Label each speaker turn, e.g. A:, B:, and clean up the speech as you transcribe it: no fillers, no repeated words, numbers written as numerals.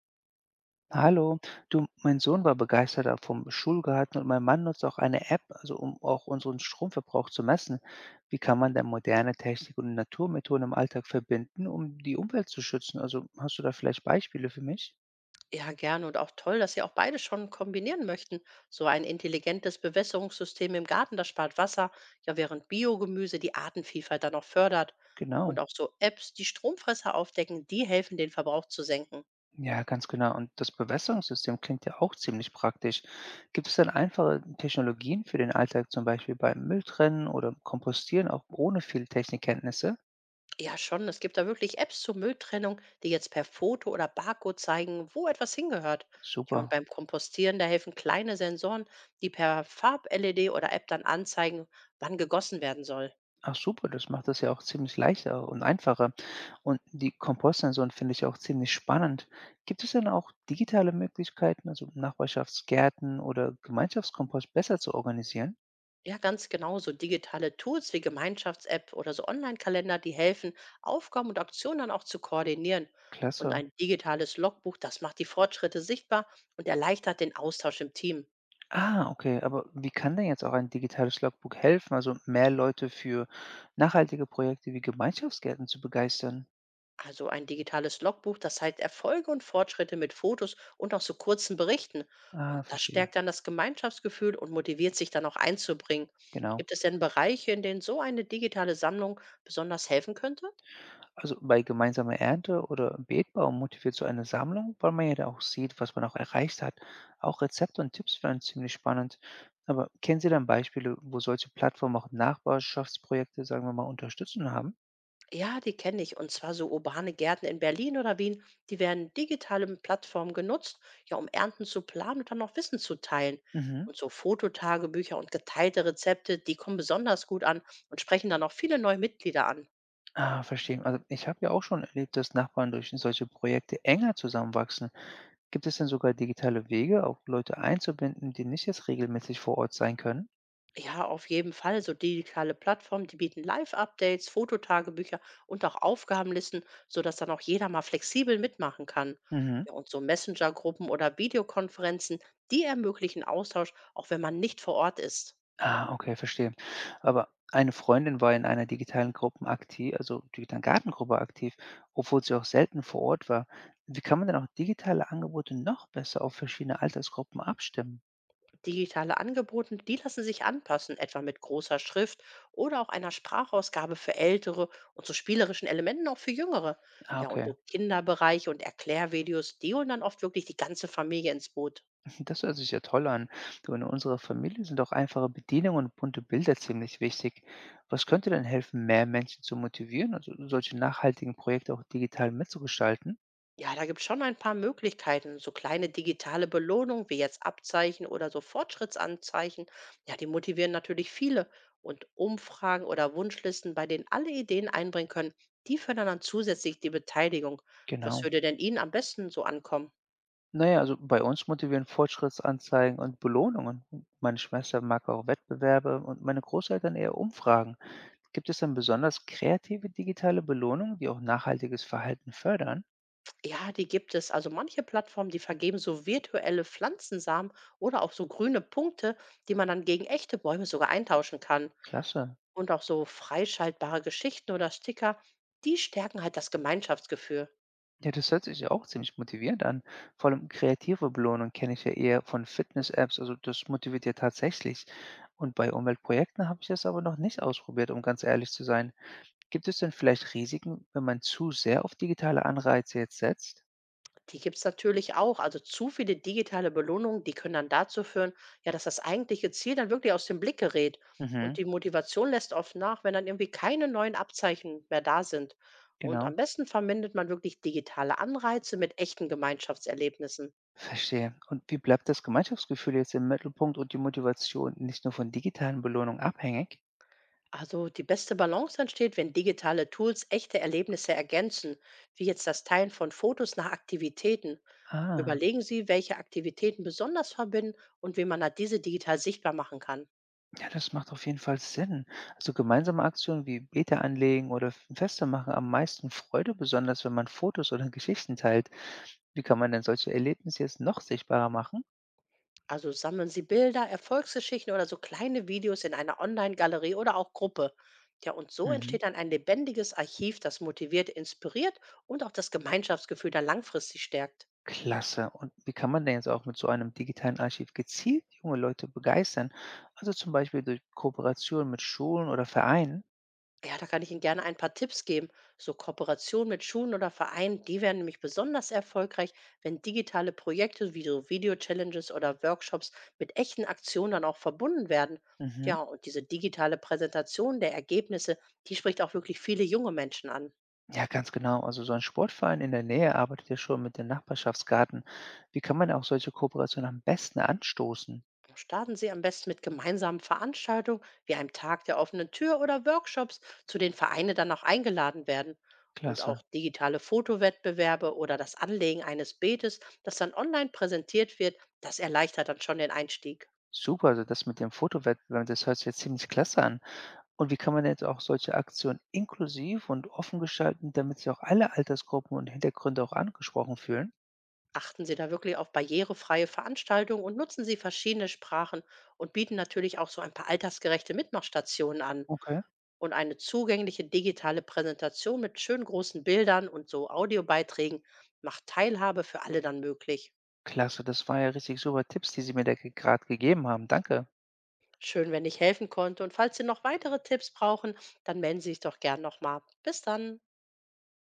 A: Hallo, du, mein Sohn war begeistert auch vom Schulgarten und mein Mann nutzt auch eine App, also um auch unseren Stromverbrauch zu messen. Wie kann man denn moderne Technik und Naturmethoden im Alltag verbinden, um die Umwelt zu schützen? Also hast du da vielleicht Beispiele für mich?
B: Ja, gerne und auch toll, dass Sie auch beide schon kombinieren möchten. So ein intelligentes Bewässerungssystem im Garten, das spart Wasser, ja, während Biogemüse die Artenvielfalt dann auch fördert. Und
A: Genau.
B: auch so Apps, die Stromfresser aufdecken, die helfen, den Verbrauch zu senken.
A: Ja, ganz genau. Und das Bewässerungssystem klingt ja auch ziemlich praktisch. Gibt es denn einfache Technologien für den Alltag, zum Beispiel beim Mülltrennen oder Kompostieren, auch ohne viel Technikkenntnisse?
B: Ja, schon, es gibt da wirklich Apps zur Mülltrennung, die jetzt per Foto oder Barcode zeigen, wo etwas hingehört. Ja, und
A: Super.
B: beim Kompostieren, da helfen kleine Sensoren, die per Farb-LED oder App dann anzeigen, wann gegossen werden soll.
A: Ach super, das macht das ja auch ziemlich leichter und einfacher. Und die Kompostsensoren finde ich auch ziemlich spannend. Gibt es denn auch digitale Möglichkeiten, also Nachbarschaftsgärten oder Gemeinschaftskompost besser zu organisieren?
B: Ja, ganz genau. So digitale Tools wie Gemeinschafts-App oder so Online-Kalender, die helfen, Aufgaben und Aktionen dann auch zu koordinieren. Und
A: Klasse.
B: ein digitales Logbuch, das macht die Fortschritte sichtbar und erleichtert den Austausch im Team.
A: Ah, okay. Aber wie kann denn jetzt auch ein digitales Logbook helfen, also mehr Leute für nachhaltige Projekte wie Gemeinschaftsgärten zu begeistern?
B: Also ein digitales Logbuch, das zeigt Erfolge und Fortschritte mit Fotos und auch so kurzen Berichten.
A: Ah,
B: Und das
A: verstehe.
B: stärkt dann das Gemeinschaftsgefühl und motiviert sich dann auch einzubringen.
A: Genau.
B: Gibt es denn Bereiche, in denen so eine digitale Sammlung besonders helfen könnte?
A: Also bei gemeinsamer Ernte oder im Beetbaum motiviert so eine Sammlung, weil man ja da auch sieht, was man auch erreicht hat. Auch Rezepte und Tipps wären ziemlich spannend. Aber kennen Sie dann Beispiele, wo solche Plattformen auch Nachbarschaftsprojekte, sagen wir mal, unterstützen haben?
B: Ja, die kenne ich. Und zwar so urbane Gärten in Berlin oder Wien. Die werden digitale Plattformen genutzt, ja, um Ernten zu planen und dann auch Wissen zu teilen.
A: Mhm.
B: Und so Fototagebücher und geteilte Rezepte, die kommen besonders gut an und sprechen dann auch viele neue Mitglieder an.
A: Ah, verstehe. Also ich habe ja auch schon erlebt, dass Nachbarn durch solche Projekte enger zusammenwachsen. Gibt es denn sogar digitale Wege, auch Leute einzubinden, die nicht jetzt regelmäßig vor Ort sein können?
B: Ja, auf jeden Fall. So digitale Plattformen, die bieten Live-Updates, Fototagebücher und auch Aufgabenlisten, sodass dann auch jeder mal flexibel mitmachen kann.
A: Mhm.
B: Ja, und so Messenger-Gruppen oder Videokonferenzen, die ermöglichen Austausch, auch wenn man nicht vor Ort ist.
A: Ah, okay, verstehe. Aber eine Freundin war in einer digitalen Gruppen akti also digitalen Gartengruppe aktiv, obwohl sie auch selten vor Ort war. Wie kann man denn auch digitale Angebote noch besser auf verschiedene Altersgruppen abstimmen?
B: Digitale Angebote, die lassen sich anpassen, etwa mit großer Schrift oder auch einer Sprachausgabe für Ältere und so spielerischen Elementen auch für Jüngere.
A: Ah,
B: Ja, und
A: okay.
B: so Kinderbereiche und Erklärvideos, die holen dann oft wirklich die ganze Familie ins Boot.
A: Das hört sich ja toll an. Du, in unserer Familie sind auch einfache Bedienungen und bunte Bilder ziemlich wichtig. Was könnte denn helfen, mehr Menschen zu motivieren, also solche nachhaltigen Projekte auch digital mitzugestalten?
B: Ja, da gibt es schon ein paar Möglichkeiten. So kleine digitale Belohnungen wie jetzt Abzeichen oder so Fortschrittsanzeichen, ja, die motivieren natürlich viele. Und Umfragen oder Wunschlisten, bei denen alle Ideen einbringen können, die fördern dann zusätzlich die Beteiligung. Was
A: Genau.
B: würde denn Ihnen am besten so ankommen?
A: Na ja, also bei uns motivieren Fortschrittsanzeigen und Belohnungen. Meine Schwester mag auch Wettbewerbe und meine Großeltern eher Umfragen. Gibt es denn besonders kreative digitale Belohnungen, die auch nachhaltiges Verhalten fördern?
B: Ja, die gibt es. Also manche Plattformen, die vergeben so virtuelle Pflanzensamen oder auch so grüne Punkte, die man dann gegen echte Bäume sogar eintauschen kann.
A: Klasse.
B: Und auch so freischaltbare Geschichten oder Sticker, die stärken halt das Gemeinschaftsgefühl.
A: Ja, das hört sich ja auch ziemlich motivierend an. Vor allem kreative Belohnungen kenne ich ja eher von Fitness-Apps, also das motiviert ja tatsächlich. Und bei Umweltprojekten habe ich das aber noch nicht ausprobiert, um ganz ehrlich zu sein. Gibt es denn vielleicht Risiken, wenn man zu sehr auf digitale Anreize jetzt setzt?
B: Die gibt es natürlich auch. Also zu viele digitale Belohnungen, die können dann dazu führen, ja, dass das eigentliche Ziel dann wirklich aus dem Blick gerät. Und
A: Mhm,
B: die Motivation lässt oft nach, wenn dann irgendwie keine neuen Abzeichen mehr da sind. Und
A: genau.
B: am besten vermindert man wirklich digitale Anreize mit echten Gemeinschaftserlebnissen.
A: Verstehe. Und wie bleibt das Gemeinschaftsgefühl jetzt im Mittelpunkt und die Motivation nicht nur von digitalen Belohnungen abhängig?
B: Also die beste Balance entsteht, wenn digitale Tools echte Erlebnisse ergänzen, wie jetzt das Teilen von Fotos nach Aktivitäten.
A: Ah,
B: Überlegen Sie, welche Aktivitäten besonders verbinden und wie man da diese digital sichtbar machen kann.
A: ja, das macht auf jeden Fall Sinn. Also gemeinsame Aktionen wie Beta anlegen oder Feste machen am meisten Freude, besonders wenn man Fotos oder Geschichten teilt. Wie kann man denn solche Erlebnisse jetzt noch sichtbarer machen?
B: Also sammeln Sie Bilder, Erfolgsgeschichten oder so kleine Videos in einer Online-Galerie oder auch Gruppe. Ja, und so
A: Mhm.
B: entsteht dann ein lebendiges Archiv, das motiviert, inspiriert und auch das Gemeinschaftsgefühl dann langfristig stärkt.
A: Klasse. Und wie kann man denn jetzt auch mit so einem digitalen Archiv gezielt junge Leute begeistern? Also zum Beispiel durch Kooperation mit Schulen oder Vereinen?
B: Ja, da kann ich Ihnen gerne ein paar Tipps geben. So Kooperationen mit Schulen oder Vereinen, die werden nämlich besonders erfolgreich, wenn digitale Projekte wie so Video-Challenges oder Workshops mit echten Aktionen dann auch verbunden werden.
A: Mhm.
B: Ja, und diese digitale Präsentation der Ergebnisse, die spricht auch wirklich viele junge Menschen an.
A: Ja, ganz genau. Also so ein Sportverein in der Nähe arbeitet ja schon mit den Nachbarschaftsgarten. Wie kann man auch solche Kooperationen am besten anstoßen?
B: Starten Sie am besten mit gemeinsamen Veranstaltungen wie einem Tag der offenen Tür oder Workshops, zu denen Vereine dann auch eingeladen werden. Und
A: Klasse.
B: auch digitale Fotowettbewerbe oder das Anlegen eines Beetes, das dann online präsentiert wird, das erleichtert dann schon den Einstieg.
A: Super, also das mit dem Fotowettbewerb, das hört sich jetzt ziemlich klasse an. Und wie kann man jetzt auch solche Aktionen inklusiv und offen gestalten, damit sich auch alle Altersgruppen und Hintergründe auch angesprochen fühlen?
B: Achten Sie da wirklich auf barrierefreie Veranstaltungen und nutzen Sie verschiedene Sprachen und bieten natürlich auch so ein paar altersgerechte Mitmachstationen an.
A: Okay,
B: Und eine zugängliche digitale Präsentation mit schön großen Bildern und so Audiobeiträgen macht Teilhabe für alle dann möglich.
A: klasse, das war ja richtig super Tipps, die Sie mir da gerade gegeben haben. Danke.
B: Schön, wenn ich helfen konnte. Und falls Sie noch weitere Tipps brauchen, dann melden Sie sich doch gern nochmal. Bis dann.